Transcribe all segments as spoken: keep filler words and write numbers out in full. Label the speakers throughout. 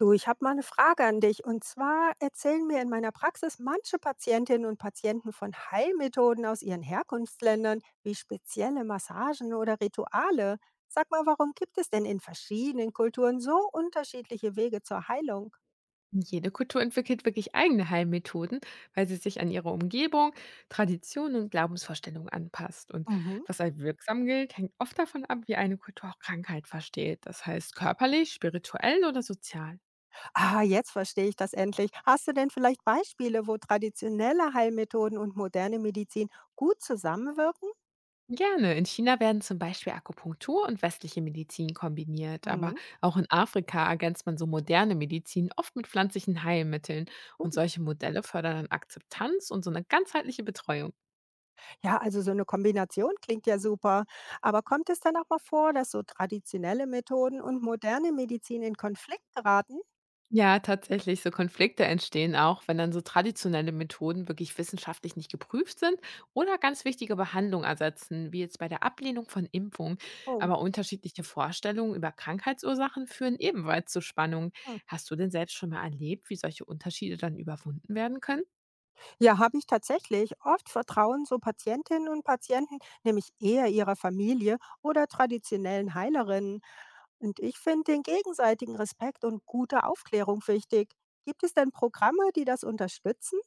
Speaker 1: Du, ich habe mal eine Frage an dich. Und zwar erzählen mir in meiner Praxis manche Patientinnen und Patienten von Heilmethoden aus ihren Herkunftsländern, wie spezielle Massagen oder Rituale. Sag mal, warum gibt es denn in verschiedenen Kulturen so unterschiedliche Wege zur Heilung?
Speaker 2: Jede Kultur entwickelt wirklich eigene Heilmethoden, weil sie sich an ihre Umgebung, Traditionen und Glaubensvorstellungen anpasst. Und
Speaker 1: Mhm.
Speaker 2: was als wirksam gilt, hängt oft davon ab, wie eine Kultur auch Krankheit versteht. Das heißt körperlich, spirituell oder sozial.
Speaker 1: Ah, jetzt verstehe ich das endlich. Hast du denn vielleicht Beispiele, wo traditionelle Heilmethoden und moderne Medizin gut zusammenwirken?
Speaker 2: Gerne. In China werden zum Beispiel Akupunktur und westliche Medizin kombiniert. Aber
Speaker 1: Mhm.
Speaker 2: auch in Afrika ergänzt man so moderne Medizin oft mit pflanzlichen Heilmitteln. Und
Speaker 1: Gut.
Speaker 2: solche Modelle fördern dann Akzeptanz und so eine ganzheitliche Betreuung.
Speaker 1: Ja, also so eine Kombination klingt ja super. Aber kommt es dann auch mal vor, dass so traditionelle Methoden und moderne Medizin in Konflikt geraten?
Speaker 2: Ja, tatsächlich, so Konflikte entstehen auch, wenn dann so traditionelle Methoden wirklich wissenschaftlich nicht geprüft sind oder ganz wichtige Behandlungen ersetzen, wie jetzt bei der Ablehnung von Impfungen.
Speaker 1: Oh,
Speaker 2: Aber unterschiedliche Vorstellungen über Krankheitsursachen führen ebenfalls zu Spannungen.
Speaker 1: hm.
Speaker 2: Hast du denn selbst schon mal erlebt, wie solche Unterschiede dann überwunden werden können?
Speaker 1: Ja, habe ich tatsächlich. Oft vertrauen so Patientinnen und Patienten nämlich eher ihrer Familie oder traditionellen Heilerinnen. Und ich finde den gegenseitigen Respekt und gute Aufklärung wichtig. Gibt es denn Programme, die das unterstützen?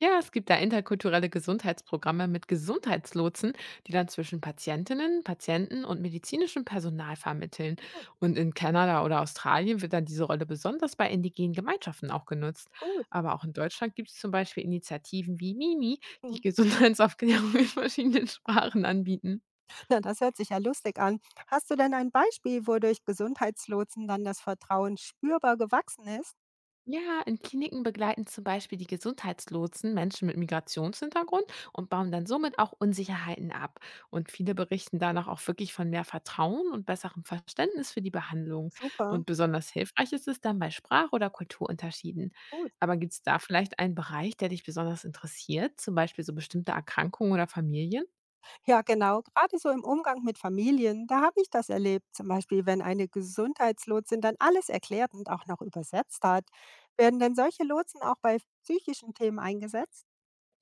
Speaker 2: Ja, es gibt da interkulturelle Gesundheitsprogramme mit Gesundheitslotsen, die dann zwischen Patientinnen, Patienten und medizinischem Personal vermitteln.
Speaker 1: Hm,
Speaker 2: Und in Kanada oder Australien wird dann diese Rolle besonders bei indigenen Gemeinschaften auch genutzt.
Speaker 1: gut.
Speaker 2: Aber auch in Deutschland gibt es zum Beispiel Initiativen wie Mimi, die
Speaker 1: Mhm.
Speaker 2: Gesundheitsaufklärung in verschiedenen Sprachen anbieten.
Speaker 1: Na, das hört sich ja lustig an. Hast du denn ein Beispiel, wodurch Gesundheitslotsen dann das Vertrauen spürbar gewachsen ist?
Speaker 2: Ja, in Kliniken begleiten zum Beispiel die Gesundheitslotsen Menschen mit Migrationshintergrund und bauen dann somit auch Unsicherheiten ab. Und viele berichten danach auch wirklich von mehr Vertrauen und besserem Verständnis für die Behandlung.
Speaker 1: Super,
Speaker 2: Und besonders hilfreich ist es dann bei Sprach- oder Kulturunterschieden.
Speaker 1: gut.
Speaker 2: Aber gibt es da vielleicht einen Bereich, der dich besonders interessiert, zum Beispiel so bestimmte Erkrankungen oder Familien?
Speaker 1: Ja, genau. Gerade so im Umgang mit Familien, da habe ich das erlebt. Zum Beispiel, wenn eine Gesundheitslotsin dann alles erklärt und auch noch übersetzt hat. Werden denn solche Lotsen auch bei psychischen Themen eingesetzt?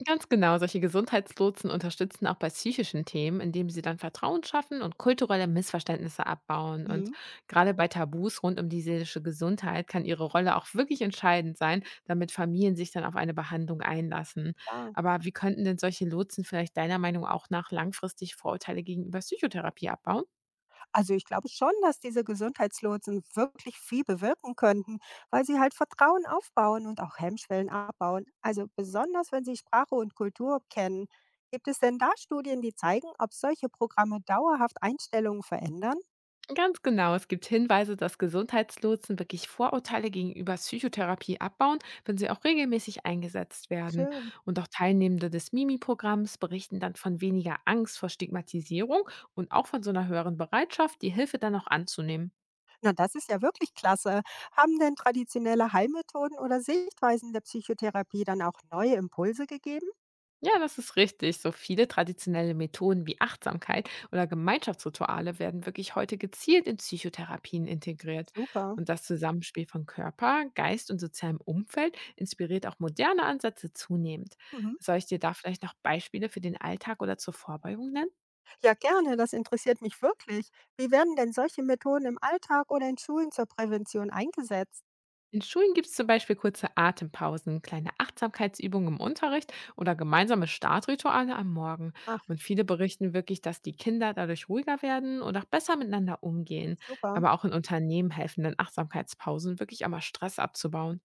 Speaker 2: Ganz genau, solche Gesundheitslotsen unterstützen auch bei psychischen Themen, indem sie dann Vertrauen schaffen und kulturelle Missverständnisse abbauen. Und
Speaker 1: Mhm,
Speaker 2: gerade bei Tabus rund um die seelische Gesundheit kann ihre Rolle auch wirklich entscheidend sein, damit Familien sich dann auf eine Behandlung einlassen.
Speaker 1: klar.
Speaker 2: Aber wie könnten denn solche Lotsen vielleicht deiner Meinung auch nach langfristig Vorurteile gegenüber Psychotherapie abbauen?
Speaker 1: Also ich glaube schon, dass diese Gesundheitslotsen wirklich viel bewirken könnten, weil sie halt Vertrauen aufbauen und auch Hemmschwellen abbauen. Also besonders wenn sie Sprache und Kultur kennen. Gibt es denn da Studien, die zeigen, ob solche Programme dauerhaft Einstellungen verändern?
Speaker 2: Ganz genau. Es gibt Hinweise, dass Gesundheitslotsen wirklich Vorurteile gegenüber Psychotherapie abbauen, wenn sie auch regelmäßig eingesetzt werden.
Speaker 1: Schön.
Speaker 2: Und auch Teilnehmende des Mimi-Programms berichten dann von weniger Angst vor Stigmatisierung und auch von so einer höheren Bereitschaft, die Hilfe dann auch anzunehmen.
Speaker 1: Na, das ist ja wirklich klasse. Haben denn traditionelle Heilmethoden oder Sichtweisen der Psychotherapie dann auch neue Impulse gegeben?
Speaker 2: Ja, das ist richtig. So viele traditionelle Methoden wie Achtsamkeit oder Gemeinschaftsrituale werden wirklich heute gezielt in Psychotherapien integriert.
Speaker 1: Super.
Speaker 2: Und das Zusammenspiel von Körper, Geist und sozialem Umfeld inspiriert auch moderne Ansätze zunehmend.
Speaker 1: Mhm.
Speaker 2: Soll ich dir da vielleicht noch Beispiele für den Alltag oder zur Vorbeugung nennen?
Speaker 1: Ja, gerne, das interessiert mich wirklich. Wie werden denn solche Methoden im Alltag oder in Schulen zur Prävention eingesetzt?
Speaker 2: In Schulen gibt es zum Beispiel kurze Atempausen, kleine Achtsamkeitsübungen im Unterricht oder gemeinsame Startrituale am Morgen.
Speaker 1: Ach,
Speaker 2: Und viele berichten wirklich, dass die Kinder dadurch ruhiger werden und auch besser miteinander umgehen.
Speaker 1: super.
Speaker 2: Aber auch in Unternehmen helfen dann Achtsamkeitspausen, wirklich einmal Stress abzubauen.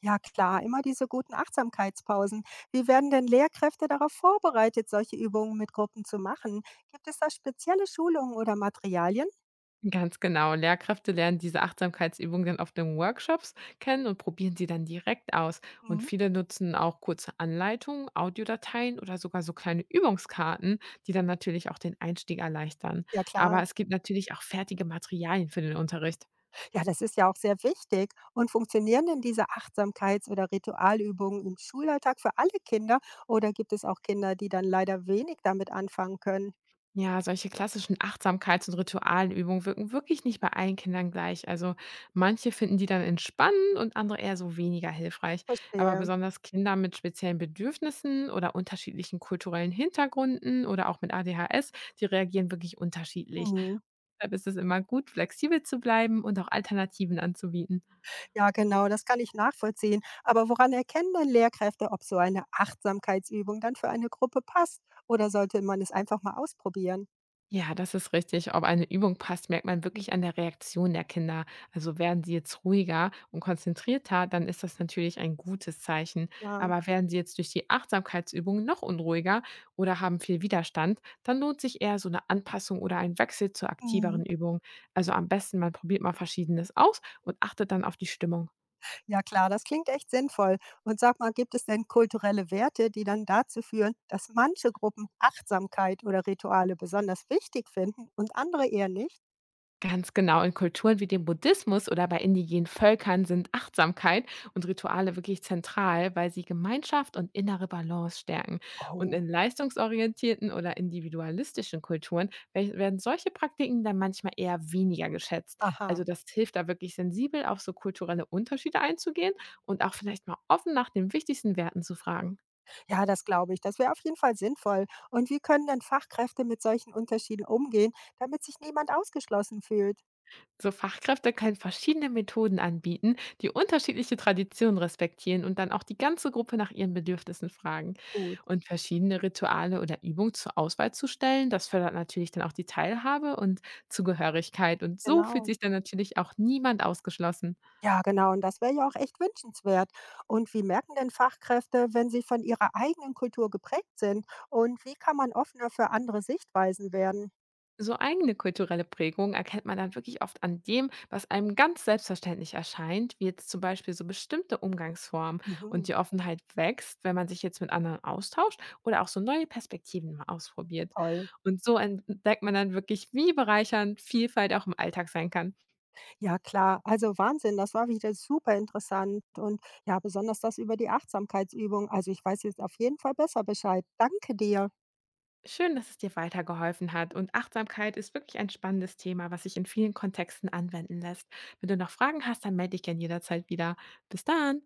Speaker 1: Ja, klar, immer diese guten Achtsamkeitspausen. Wie werden denn Lehrkräfte darauf vorbereitet, solche Übungen mit Gruppen zu machen? Gibt es da spezielle Schulungen oder Materialien?
Speaker 2: Ganz genau. Lehrkräfte lernen diese Achtsamkeitsübungen dann auf den Workshops kennen und probieren sie dann direkt aus. Und
Speaker 1: Mhm.
Speaker 2: viele nutzen auch kurze Anleitungen, Audiodateien oder sogar so kleine Übungskarten, die dann natürlich auch den Einstieg erleichtern.
Speaker 1: Ja,
Speaker 2: Aber
Speaker 1: klar.
Speaker 2: es gibt natürlich auch fertige Materialien für den Unterricht.
Speaker 1: Ja, das ist ja auch sehr wichtig. Und funktionieren denn diese Achtsamkeits- oder Ritualübungen im Schulalltag für alle Kinder? Oder gibt es auch Kinder, die dann leider wenig damit anfangen können?
Speaker 2: Ja, solche klassischen Achtsamkeits- und Ritualenübungen wirken wirklich nicht bei allen Kindern gleich. Also manche finden die dann entspannend und andere eher so weniger hilfreich. Aber
Speaker 1: Verstehe.
Speaker 2: besonders Kinder mit speziellen Bedürfnissen oder unterschiedlichen kulturellen Hintergründen oder auch mit A D H S, die reagieren wirklich unterschiedlich.
Speaker 1: Mhm.
Speaker 2: Deshalb ist es immer gut, flexibel zu bleiben und auch Alternativen anzubieten.
Speaker 1: Ja, genau, das kann ich nachvollziehen. Aber woran erkennen dann Lehrkräfte, ob so eine Achtsamkeitsübung dann für eine Gruppe passt? Oder sollte man es einfach mal ausprobieren?
Speaker 2: Ja, das ist richtig. Ob eine Übung passt, merkt man wirklich an der Reaktion der Kinder. Also werden sie jetzt ruhiger und konzentrierter, dann ist das natürlich ein gutes Zeichen.
Speaker 1: Ja.
Speaker 2: Aber werden sie jetzt durch die Achtsamkeitsübung noch unruhiger oder haben viel Widerstand, dann lohnt sich eher so eine Anpassung oder ein Wechsel zur
Speaker 1: Hm.
Speaker 2: aktiveren Übung. Also am besten, man probiert mal Verschiedenes aus und achtet dann auf die Stimmung.
Speaker 1: Ja, klar, das klingt echt sinnvoll. Und sag mal, gibt es denn kulturelle Werte, die dann dazu führen, dass manche Gruppen Achtsamkeit oder Rituale besonders wichtig finden und andere eher nicht?
Speaker 2: Ganz genau. In Kulturen wie dem Buddhismus oder bei indigenen Völkern sind Achtsamkeit und Rituale wirklich zentral, weil sie Gemeinschaft und innere Balance stärken. Und
Speaker 1: Oh.
Speaker 2: in leistungsorientierten oder individualistischen Kulturen wel- werden solche Praktiken dann manchmal eher weniger geschätzt.
Speaker 1: Aha,
Speaker 2: Also das hilft da wirklich sensibel auf so kulturelle Unterschiede einzugehen und auch vielleicht mal offen nach den wichtigsten Werten zu fragen.
Speaker 1: ja, das glaube ich. Das wäre auf jeden Fall sinnvoll. Und wie können denn Fachkräfte mit solchen Unterschieden umgehen, damit sich niemand ausgeschlossen fühlt?
Speaker 2: So Fachkräfte können verschiedene Methoden anbieten, die unterschiedliche Traditionen respektieren und dann auch die ganze Gruppe nach ihren Bedürfnissen fragen.
Speaker 1: Gut.
Speaker 2: Und verschiedene Rituale oder Übungen zur Auswahl zu stellen, das fördert natürlich dann auch die Teilhabe und Zugehörigkeit. Und so fühlt
Speaker 1: Genau.
Speaker 2: sich dann natürlich auch niemand ausgeschlossen.
Speaker 1: Ja, genau. Und das wäre ja auch echt wünschenswert. Und wie merken denn Fachkräfte, wenn sie von ihrer eigenen Kultur geprägt sind? Und wie kann man offener für andere Sichtweisen werden?
Speaker 2: So eigene kulturelle Prägungen erkennt man dann wirklich oft an dem, was einem ganz selbstverständlich erscheint, wie jetzt zum Beispiel so bestimmte Umgangsformen. Und
Speaker 1: Mhm.
Speaker 2: die Offenheit wächst, wenn man sich jetzt mit anderen austauscht oder auch so neue Perspektiven mal ausprobiert.
Speaker 1: Toll.
Speaker 2: Und so entdeckt man dann wirklich, wie bereichernd Vielfalt auch im Alltag sein kann.
Speaker 1: Ja, klar. Also Wahnsinn, das war wieder super interessant. Und ja, besonders das über die Achtsamkeitsübung. Also ich weiß jetzt auf jeden Fall besser Bescheid. Danke dir.
Speaker 2: Schön, dass es dir weitergeholfen hat. Und Achtsamkeit ist wirklich ein spannendes Thema, was sich in vielen Kontexten anwenden lässt. Wenn du noch Fragen hast, dann melde dich gerne jederzeit wieder. Bis dann!